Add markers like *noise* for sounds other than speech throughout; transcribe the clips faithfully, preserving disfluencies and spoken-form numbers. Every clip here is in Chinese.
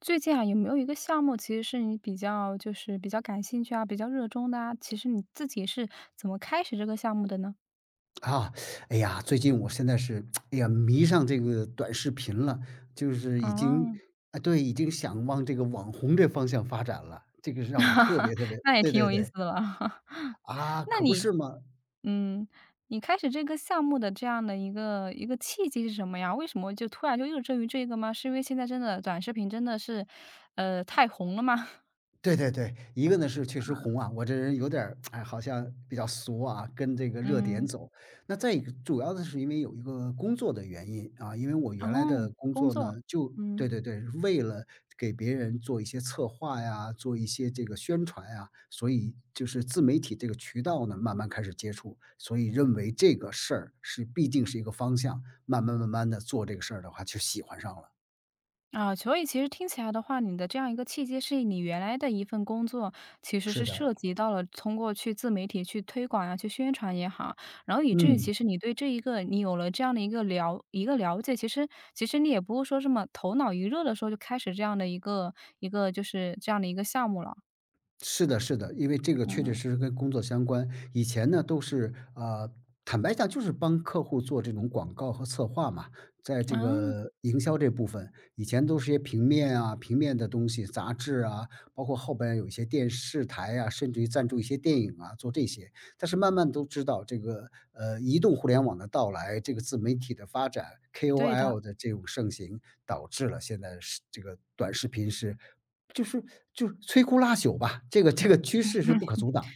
最近啊，有没有一个项目其实是你比较就是比较感兴趣啊，比较热衷的啊？其实你自己是怎么开始这个项目的呢？啊，哎呀，最近我现在是，*tsk* 哎呀，迷上这个短视频了，就是已经，哦，啊，对，已经想往这个网红这方向发展了，这个是让我特 *laughs* 别特别那也对挺对有意思对，的了。*laughs* 啊，那可不你是吗？嗯，你开始这个项目的这样的一个一个契机是什么呀？为什么就突然就热衷于这个吗？是因为现在真的短视频真的是，呃，太红了吗？*laughs* 对对对，一个呢是确实红啊，我这人有点儿，哎，好像比较俗啊，跟这个热点嗯，走。那再一个，主要的是因为有一个工作的原因啊，因为我原来哦，的工工作作，呢，就嗯。对对对，为了给别人做一些策划呀，做一些这个宣传呀，所以就是自媒体这个渠道呢，慢慢开始接触，所以认为这个事儿是必定是一个方向，慢慢慢慢的做这个事儿的话，就喜欢上了。啊，所以其实听起来的话，你的这样一个契机是你原来的一份工作，其实是是的，涉及到了通过去自媒体去推广呀、去宣传也好，然后以至于嗯。其实你对这一个你有了这样的一个了一个了解，其实其实你也不会说这么头脑一热的时候就开始这样的一个一个就是这样的一个项目了。是的，是的，因为这个确确嗯，实实跟工作相关。以前呢，都是啊、呃坦白讲，就是帮客户做这种广告和策划嘛，在这啊，个营销这部分，以前都是些平面啊、平面的东西，杂志啊，包括后边有一些电视台啊，甚至于赞助一些电影啊，做这些。但是慢慢都知道，这个呃，移动互联网的到来，这个自媒体的发展对的。，K O L 的这种盛行，导致了现在是这个短视频是就是就是摧枯拉朽吧，这个这个趋势是不可阻挡。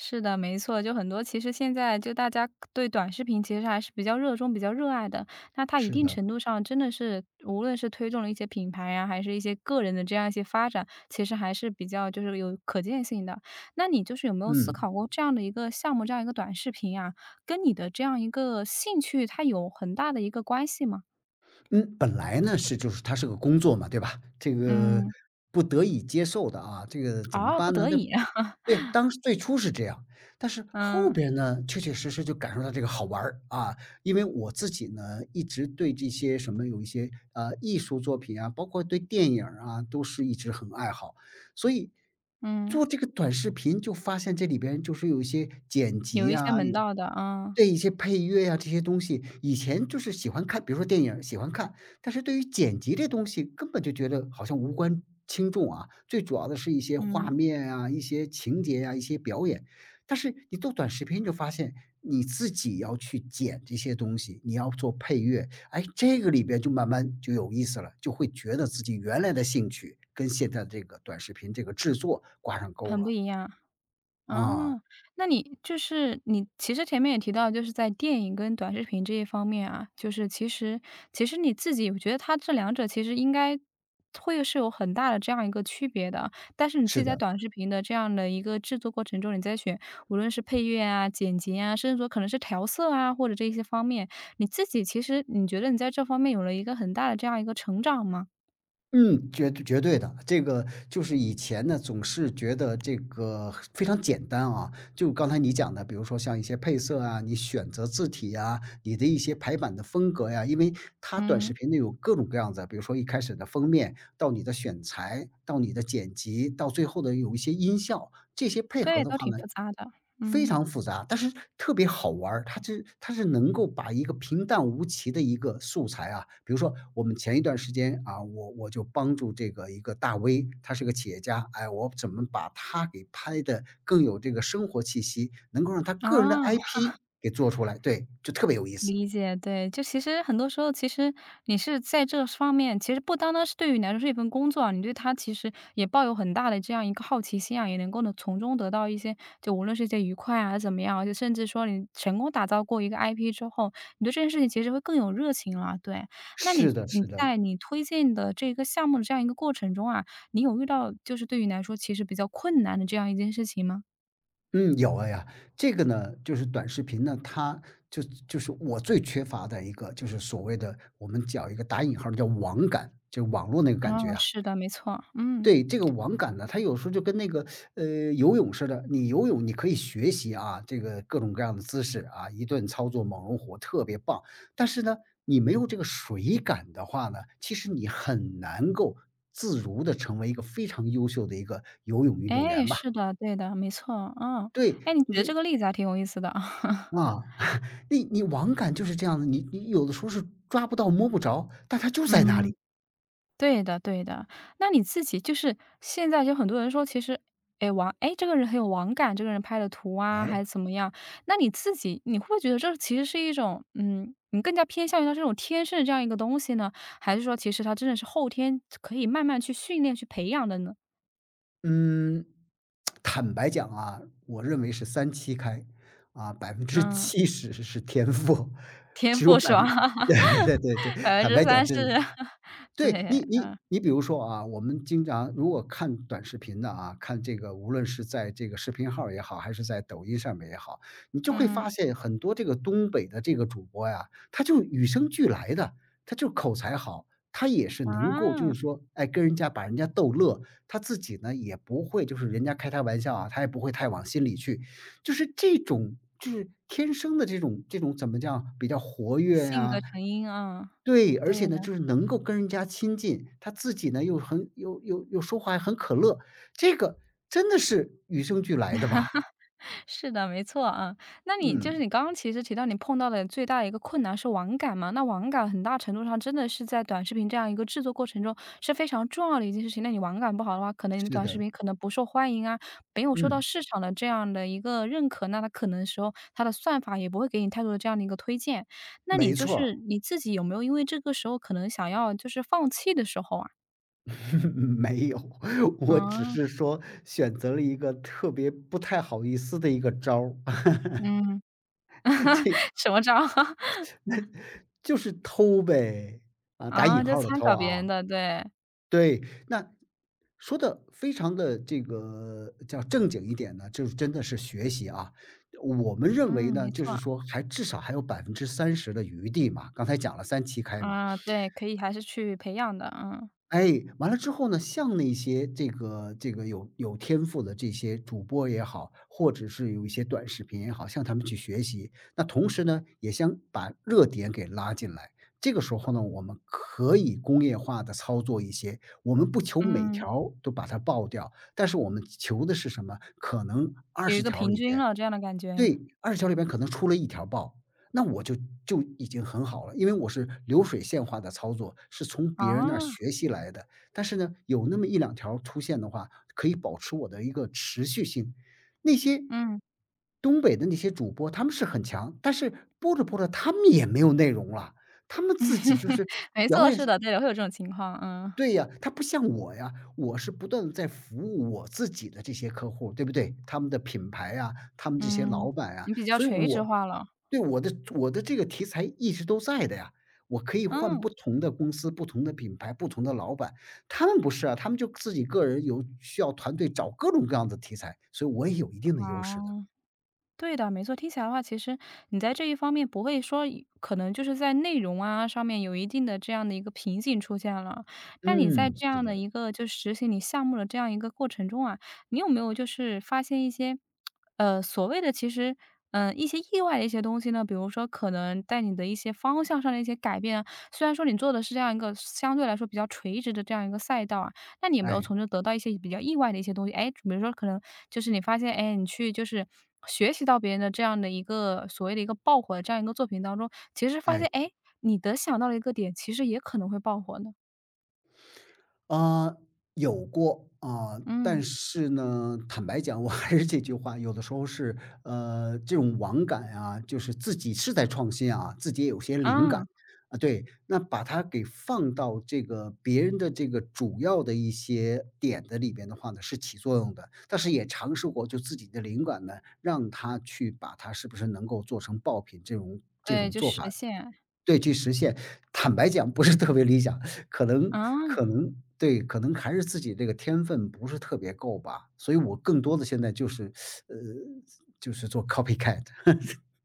是的，没错，就很多其实现在就大家对短视频其实还是比较热衷、比较热爱的。那它一是定的，程度上真的是，无论是推动了一些品牌呀，还是一些个人的这样一些发展，其实还是比较就是有可见性的。那你就是有没有思嗯。考过这样的一个项目，这样一个短视频啊，跟你的这样一个兴趣，它有很大的一个关系吗？嗯，本来呢是就是它是个工作嘛，对吧？这个嗯，不得已接受的啊，这个怎么哦，不办呢？得那已啊，*laughs* 对，当时最初是这样，但是后嗯边呢，确确实实就感受到这个好玩儿啊。因为我自己呢，一直对这些什么有一些呃艺术作品啊，包括对电影儿啊，都是一直很爱好，所以嗯，做这个短视频就发现这里边就是有一些剪有辑一些啊，门道的，啊，对一些配乐呀，这些东西，以前就是喜欢看，比如说电影儿喜欢看，但是对于剪辑这东西根本就觉得好像无关轻重啊，最主要的是一些画嗯，面啊、一些情节呀、一些表演。但是你做短视频，你就发现你自己要去剪这些东西，你要做配乐，哎，这个里边就慢慢就有意思了，就会觉得自己原来的兴趣跟现在的这个短视频这个制作挂上钩很不了。一样。啊，啊，那你就是你其实前面也提到，就是在电影跟短视频这一方面啊，就是其实其实你自己，我觉得它这两者其实应该会是有很大的这样一个区别的。但是你自是己在的。短视频的这样的一个制作过程中，你在选无论是配乐啊、剪辑啊，甚至说可能是调色啊，或者这一些方面，你自己其实你觉得你在这方面有了一个很大的这样一个成长吗？嗯，绝对绝对的。这个就是以前呢，总是觉得这个非常简单啊。就刚才你讲的，比如说像一些配色啊，你选择字体呀，你的一些排版的风格呀，因为它短视嗯，频内有各种各样的，比如说一开始的封面，到你的选材，到你的剪辑，到最后的有一些音效，这些配合对，的都话挺呢复杂的，非嗯，常复杂，但是特别好玩儿。它是它是能够把一个平淡无奇的一个素材啊，比如说我们前一段时间啊，我我就帮助这个一个大 V,他是个企业家，哎，我怎么把他给拍的更有这个生活气息，能够让他个人的 啊。I P 给做出来，对，就特别有意思。理解，对，就其实很多时候，其实你是在这方面，其实不单单是对于你来说是一份工作啊，你对他其实也抱有很大的这样一个好奇心啊，也能够呢从中得到一些，就无论是一些愉快啊怎么样啊，就甚至说你成功打造过一个 I P 之后，你对这件事情其实会更有热情了。对，那你是的，你是的。在你推荐的这个项目的这样一个过程中啊，你有遇到就是对于你来说其实比较困难的这样一件事情吗？嗯，有哎呀，这个呢，就是短视频呢，它就就是我最缺乏的一个，就是所谓的我们讲一个打引号儿叫“网感”，就网络那个感觉啊，啊。是的，没错，嗯。对，这个网感呢，它有时候就跟那个呃游泳似的，你游泳你可以学习啊，这个各种各样的姿势啊，一顿操作猛如虎，特别棒。但是呢，你没有这个水感的话呢，其实你很难够自如的成为一个非常优秀的一个游泳运动哎，员吧。是的，对的，没错，嗯。对，哎，你你觉得这这个例子还挺有意思的啊。*laughs* 啊。你你网感就是这样的，你你有的时候是抓不到、摸不着，但它就在那嗯，里。对的对的。那你自己就是现在就很多人说其实，哎，网哎，这个人很有网感，这个人拍的图啊，还哎，是怎么样。那你自己你会不会觉得这其实是一种嗯，你更加偏向于他这种天生的这样一个东西呢？还是说其实他真的是后天可以慢慢去训练、去培养的呢？嗯，坦白讲啊，我认为是三七开，啊百分之嗯，七十是天赋，天只有赋是百吧 分 *laughs* 对 *laughs* 对对，百分坦之白讲三是 真的。*laughs* 对，对，你你你比如说啊，我们经常如果看短视频的啊，看这个无论是在这个视频号儿也好，还是在抖音上面也好，你就会嗯，发现很多这个东北的这个主播呀，他就与生俱来的，他就口才好，他也是能够就啊。是说，哎，跟人家把人家逗乐，他自己呢也不会就是人家开他玩笑啊，他也不会太往心里去，就是这种就是天生的这种这种怎么讲，比较活跃性格呀成因啊，对，而且对呢，的，就是能够跟人家亲近，他自己呢又很又又又说话很可乐，这个真的是与生俱来的吧？是的，没错啊。那你就是嗯，你刚刚其实提到你碰到的最大的一个困难是网感嘛，那网感很大程度上真的是在短视频这样一个制作过程中是非常重要的一件事情。那你网感不好的话，可能你的是短视的，频可能不受欢迎啊，没有受到嗯，市场的这样的一个认可，那它可能时候它的算法也不会给你太多的这样的一个推荐。那你没就错儿，是你自己有没有因为这个时候可能想要就是放弃的时候啊？*laughs* 没有，*laughs* 我只啊，是说选择了一个特别不太好意思的一个招儿，嗯，*laughs* 这 *laughs* 什么招？*laughs* 就是偷呗，啊，打啊，引就号儿的参偷考别啊。人的，对。对，那说的非常的这个叫正经一点呢，就是真的是学习啊。我们认为嗯，没呢，就是错，说还至少还有百分之三十的余地嘛，刚才讲了三七开嘛。啊，对，可以还是去培养的，嗯，哎，完了之后呢，像那些这个这个有有天赋的这些主播也好，或者是有一些短视频也好，向他们去学习。那同时呢，也想把热点给拉进来。这个时候呢，我们可以工业化的操作一些，我们不求每嗯，条都把它爆掉，但是我们求的是什么？可能二有一十个条平里均边了这样的感觉。对二十条里边可能出了一条爆，那我就就已经很好了，因为我是流水线化的操作，是从别人那儿啊，学习来的。但是呢，有那么一两条出现的话，可以保持我的一个持续性。那些嗯，东北的那些主播，他们是很强，但是播着播着他们也没有内容了，他们自己就 *laughs* 是没表错，演是的，对的会有这种情况，嗯，对呀，他不像我呀，我是不断的在服务我自己的这些客户，对不对？他们的品牌啊，他们这些嗯，老板啊，你比较所以垂直我化了，对，我的我的这个题材一直都在的呀，我可以换嗯，不同的公司、不同的品牌、不同的老板。他们不是啊，他们就自己个人有需要团队找各种各样的题材，所以我也有一定的优势的。哦。对的，没错。听起来的话，其实你在这一方面不会说可能就是在内容啊上面有一定的这样的一个瓶颈出现了。那你在嗯，这是样的的，一个就实行你项目的这样一个过程中啊，你有没有就是发现一些，呃，所谓的其实，嗯、一些意外的一些东西呢？比如说，可能在你的一些方向上的一些改变啊，虽然说你做的是这样一个相对来说比较垂直的这样一个赛道啊。那你有没有哎，从中得到一些比较意外的一些东西？哎，比如说可能就是你发现，哎，你去就是学习到别人的这样的一个所谓的一个爆火的这样一个作品当中，其实发现，哎。哎，你的想到了一个点，其实也可能会爆火呢？啊，有过啊，但嗯，是呢，坦白讲，我还是这句话，有的时候是呃，这种网感啊，就是自己是在创新啊，自己也有些灵感啊，啊，对，那把它给放到这个别人的这个主要的一些点的里边的话呢，是起作用的。但是也尝试过，就自己的灵感呢，让他去把它是不是能够做成爆品这种这对，种就做实法，现，对，去实现。坦白讲，不是特别理想，可能啊。可能对，可能还是自己这个天分不是特别够吧，所以我更多的现在就是，呃，就是做 copycat,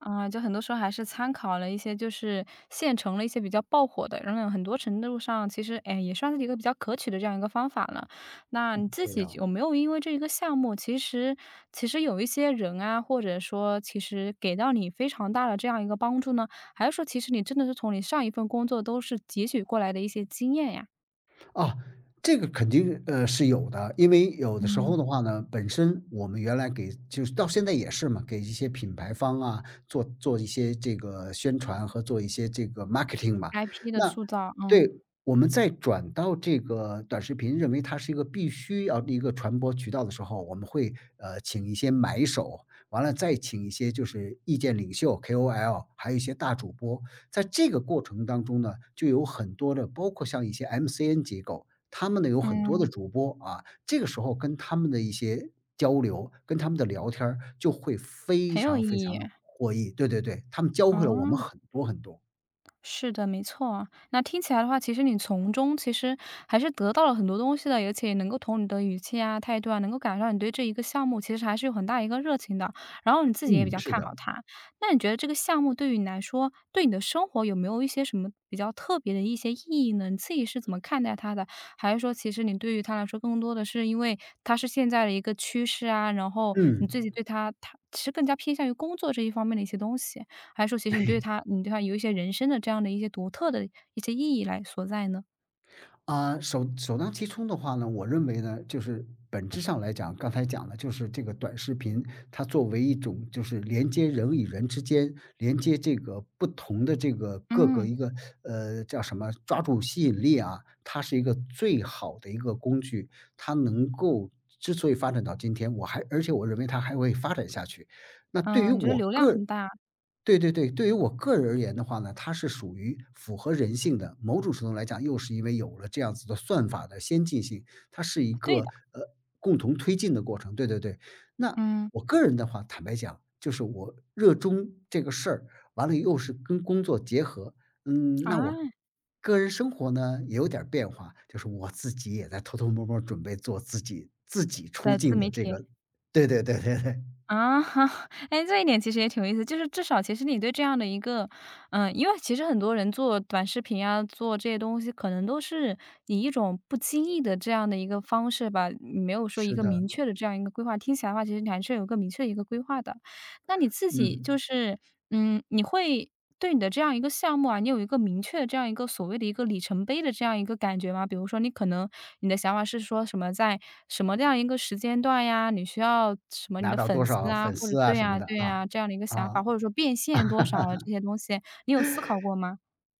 啊，就很多时候还是参考了一些就是现成的一些比较爆火的，然后很多程度上其实，哎，也算是一个比较可取的这样一个方法了。那你 *laughs* 自对己呀。有没有因为这一个项目，其实其实有一些人啊，或者说其实给到你非常大的这样一个帮助呢？还是说其实你真的是从你上一份工作都是汲取过来的一些经验呀？啊，这个肯定，呃，是有的。因为有的时嗯候的话呢，本身我们原来给就是到现在也是嘛，给一些品牌方啊，做做一些这个宣传和做一些这个 marketing 嘛。，I P 的那塑造，嗯对，我们再转到这个短视频，认为它是一个必须要的一个传播渠道的时候，我们会，呃，请一些买手，完了再请一些就是意见领袖 K O L,还有一些大主播，在这个过程当中呢，就有很多的，包括像一些 M C N 机构，他们呢有很多嗯，的主播啊，这个时候跟他们的一些交流，跟他们的聊天儿就会非很有常意非常义，的获益。对对对，他们教会了我们嗯。很多很多。是的，没错啊。那听起来的话，其实你从中其实还是得到了很多东西的，而且也能够从你的语气啊、态度啊，能够感受到你对这一个项目其实还是有很大一个热情的。然后你自己也比嗯，较是看好的，它。那你觉得这个项目对于你来说，对你的生活有没有一些什么比较特别的一些意义呢？你自己是怎么看待它的？还是说，其实你对于它来说，更多的是因为它是现在的一个趋势啊，然后你嗯。自己对它，它其实更加偏向于工作这一方面的一些东西？还是说其实你对他，你对他有一些人生的这样的一些独特的一些意义来所在呢？啊，首首当其冲的话呢，我认为呢，就是本质上来讲，刚才讲了，就是这个短视频，它作为一种就是连接人与人之间，连接这个不同的这个各个嗯。一个呃叫什么，抓住吸引力啊，它是一个最好的一个工具，它能够。之所以发展到今天，我还而且我认为它还会发展下去。那对于嗯，你觉得我流量个很大，对对对，对于我个人而言的话呢，它是属于符合人性的。某种程度来讲，又是因为有了这样子的算法的先进性，它是一对个的，呃共同推进的过程。对对对，那嗯，我个人的话，坦白讲，就是我热衷这个事儿，完了又是跟工作结合，嗯，啊，那我个人生活呢也有点儿变化，就是我自己也在偷偷摸摸准备做自己自己出的自镜媒的这体，个。对对对对对，啊，*laughs* 哈，哎，这一点其实也挺有意思，就是至少其实你对这样的一个嗯，因为其实很多人做短视频啊，做这些东西可能都是以一种不经意的这样的一个方式吧，没有说一是个的，明确的这样一个规划，听起来的话，其实你还是有一个明确的一个规划的。那你自己就嗯。是，嗯，你会对你的这样一个项目啊，你有一个明确的这样一个所谓的一个里程碑的这样一个感觉吗？比如说你可能你的想法是说什么在什么这样一个时间段呀，你需要什么你拿的到多粉丝少啊，粉或者丝啊对什么啊的对啊，啊，这样的一个想法，啊，或者说变现多少啊这些东西，你有思考过吗？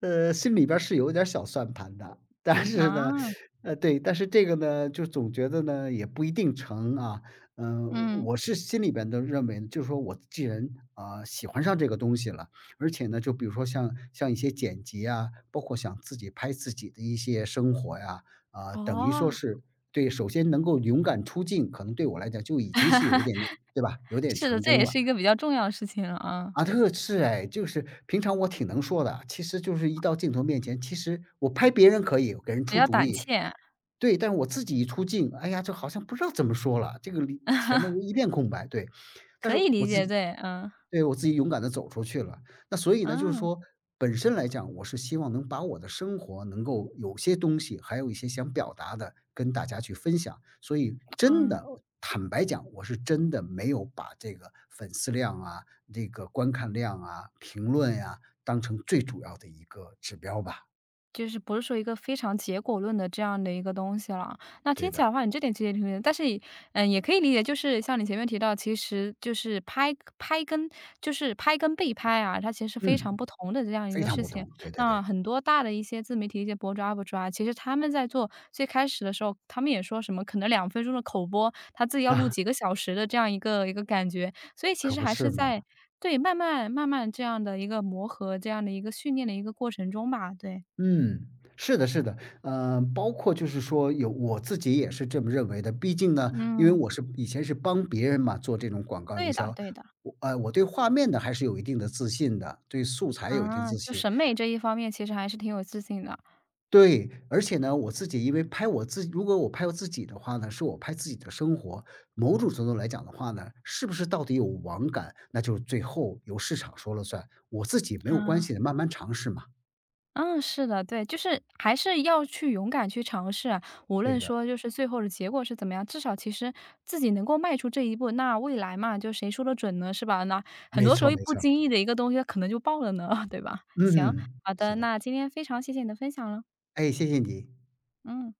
呃，心里边儿是有点儿小算盘的，但是呢，啊，呃，对，但是这个呢，就总觉得呢也不一定成啊。嗯，嗯，我是心里边都认为，就是说我既然啊、喜欢上这个东西了，而且呢，就比如说像像一些剪辑啊，包括想自己拍自己的一些生活呀，啊、等于哦，说是对，首先能够勇敢出镜，可能对我来讲就已经是有一 *laughs* 点点，对吧？有点是的，成这功也了。是一个比较重要的事情了啊，啊，特是哎，就是平常我挺能说的，其实就是一到镜头面前，其实我拍别人可以，给人比出较主胆意。怯，对，但是我自己一出镜，哎呀，这好像不知道怎么说了，这个里前面一 *laughs* 片空白，对。但可是以理我自解，己对，嗯，对，我自己勇敢的走出去了。那所以呢，就是嗯，说本身来讲，我是希望能把我的生活能够有些东西，还有一些想表达的，跟大家去分享。所以真嗯。的，坦白讲，我是真的没有把这个粉丝量啊、这个观看量啊、评论呀、当成最主要的一个指标吧。就是不是说一个非常结果论的这样的一个东西了。那对听起的，来的话，你这点其实也挺理解但是也嗯，也可以理解，就是像你前面提到，其实就是拍拍跟就是拍跟被拍啊，它其实是非常嗯，不同的这样一非个常事不情。同，对对那对，很多大的一些自媒体一些博主 U P 主啊，其实他们在做最开始的时候，他们也说什么可能两分钟的口播，他自己要录啊，几个小时的这样一个一个感觉，所以其可实不还是是嘛。在对，慢慢慢慢这样的一个磨合，这样的一个训练的一个过程中吧，对。嗯，是的，是的，呃，包括就是说有我自己也是这么认为的。毕竟呢，因为嗯，我是以前是帮别人嘛做这种广告对营的销，对的。我呃，我对画面的还是有一定的自信的，对素材有一定啊，自就信。审美这一方面其实还是挺有自信的。对，而且呢，我自己因为拍我自己，如果我拍我自己的话呢，是我拍自己的生活，某种程度来讲的话呢，是不是到底有网感，那就是最后由市场说了算，我自己没有关啊，系的，慢慢尝试嘛。嗯，是的，对，就是还是要去勇敢去尝试啊，无对论的，说就是最后的结果是怎么样，至少其实自己能够迈出这一步，那未来嘛，就谁说的准呢，是吧？那很没多时候错没不错经意的一个东西，它可能就爆了呢，*laughs* 对吧？行，嗯，好的，是的。那今天非常谢谢你的分享了，哎，谢谢你。嗯。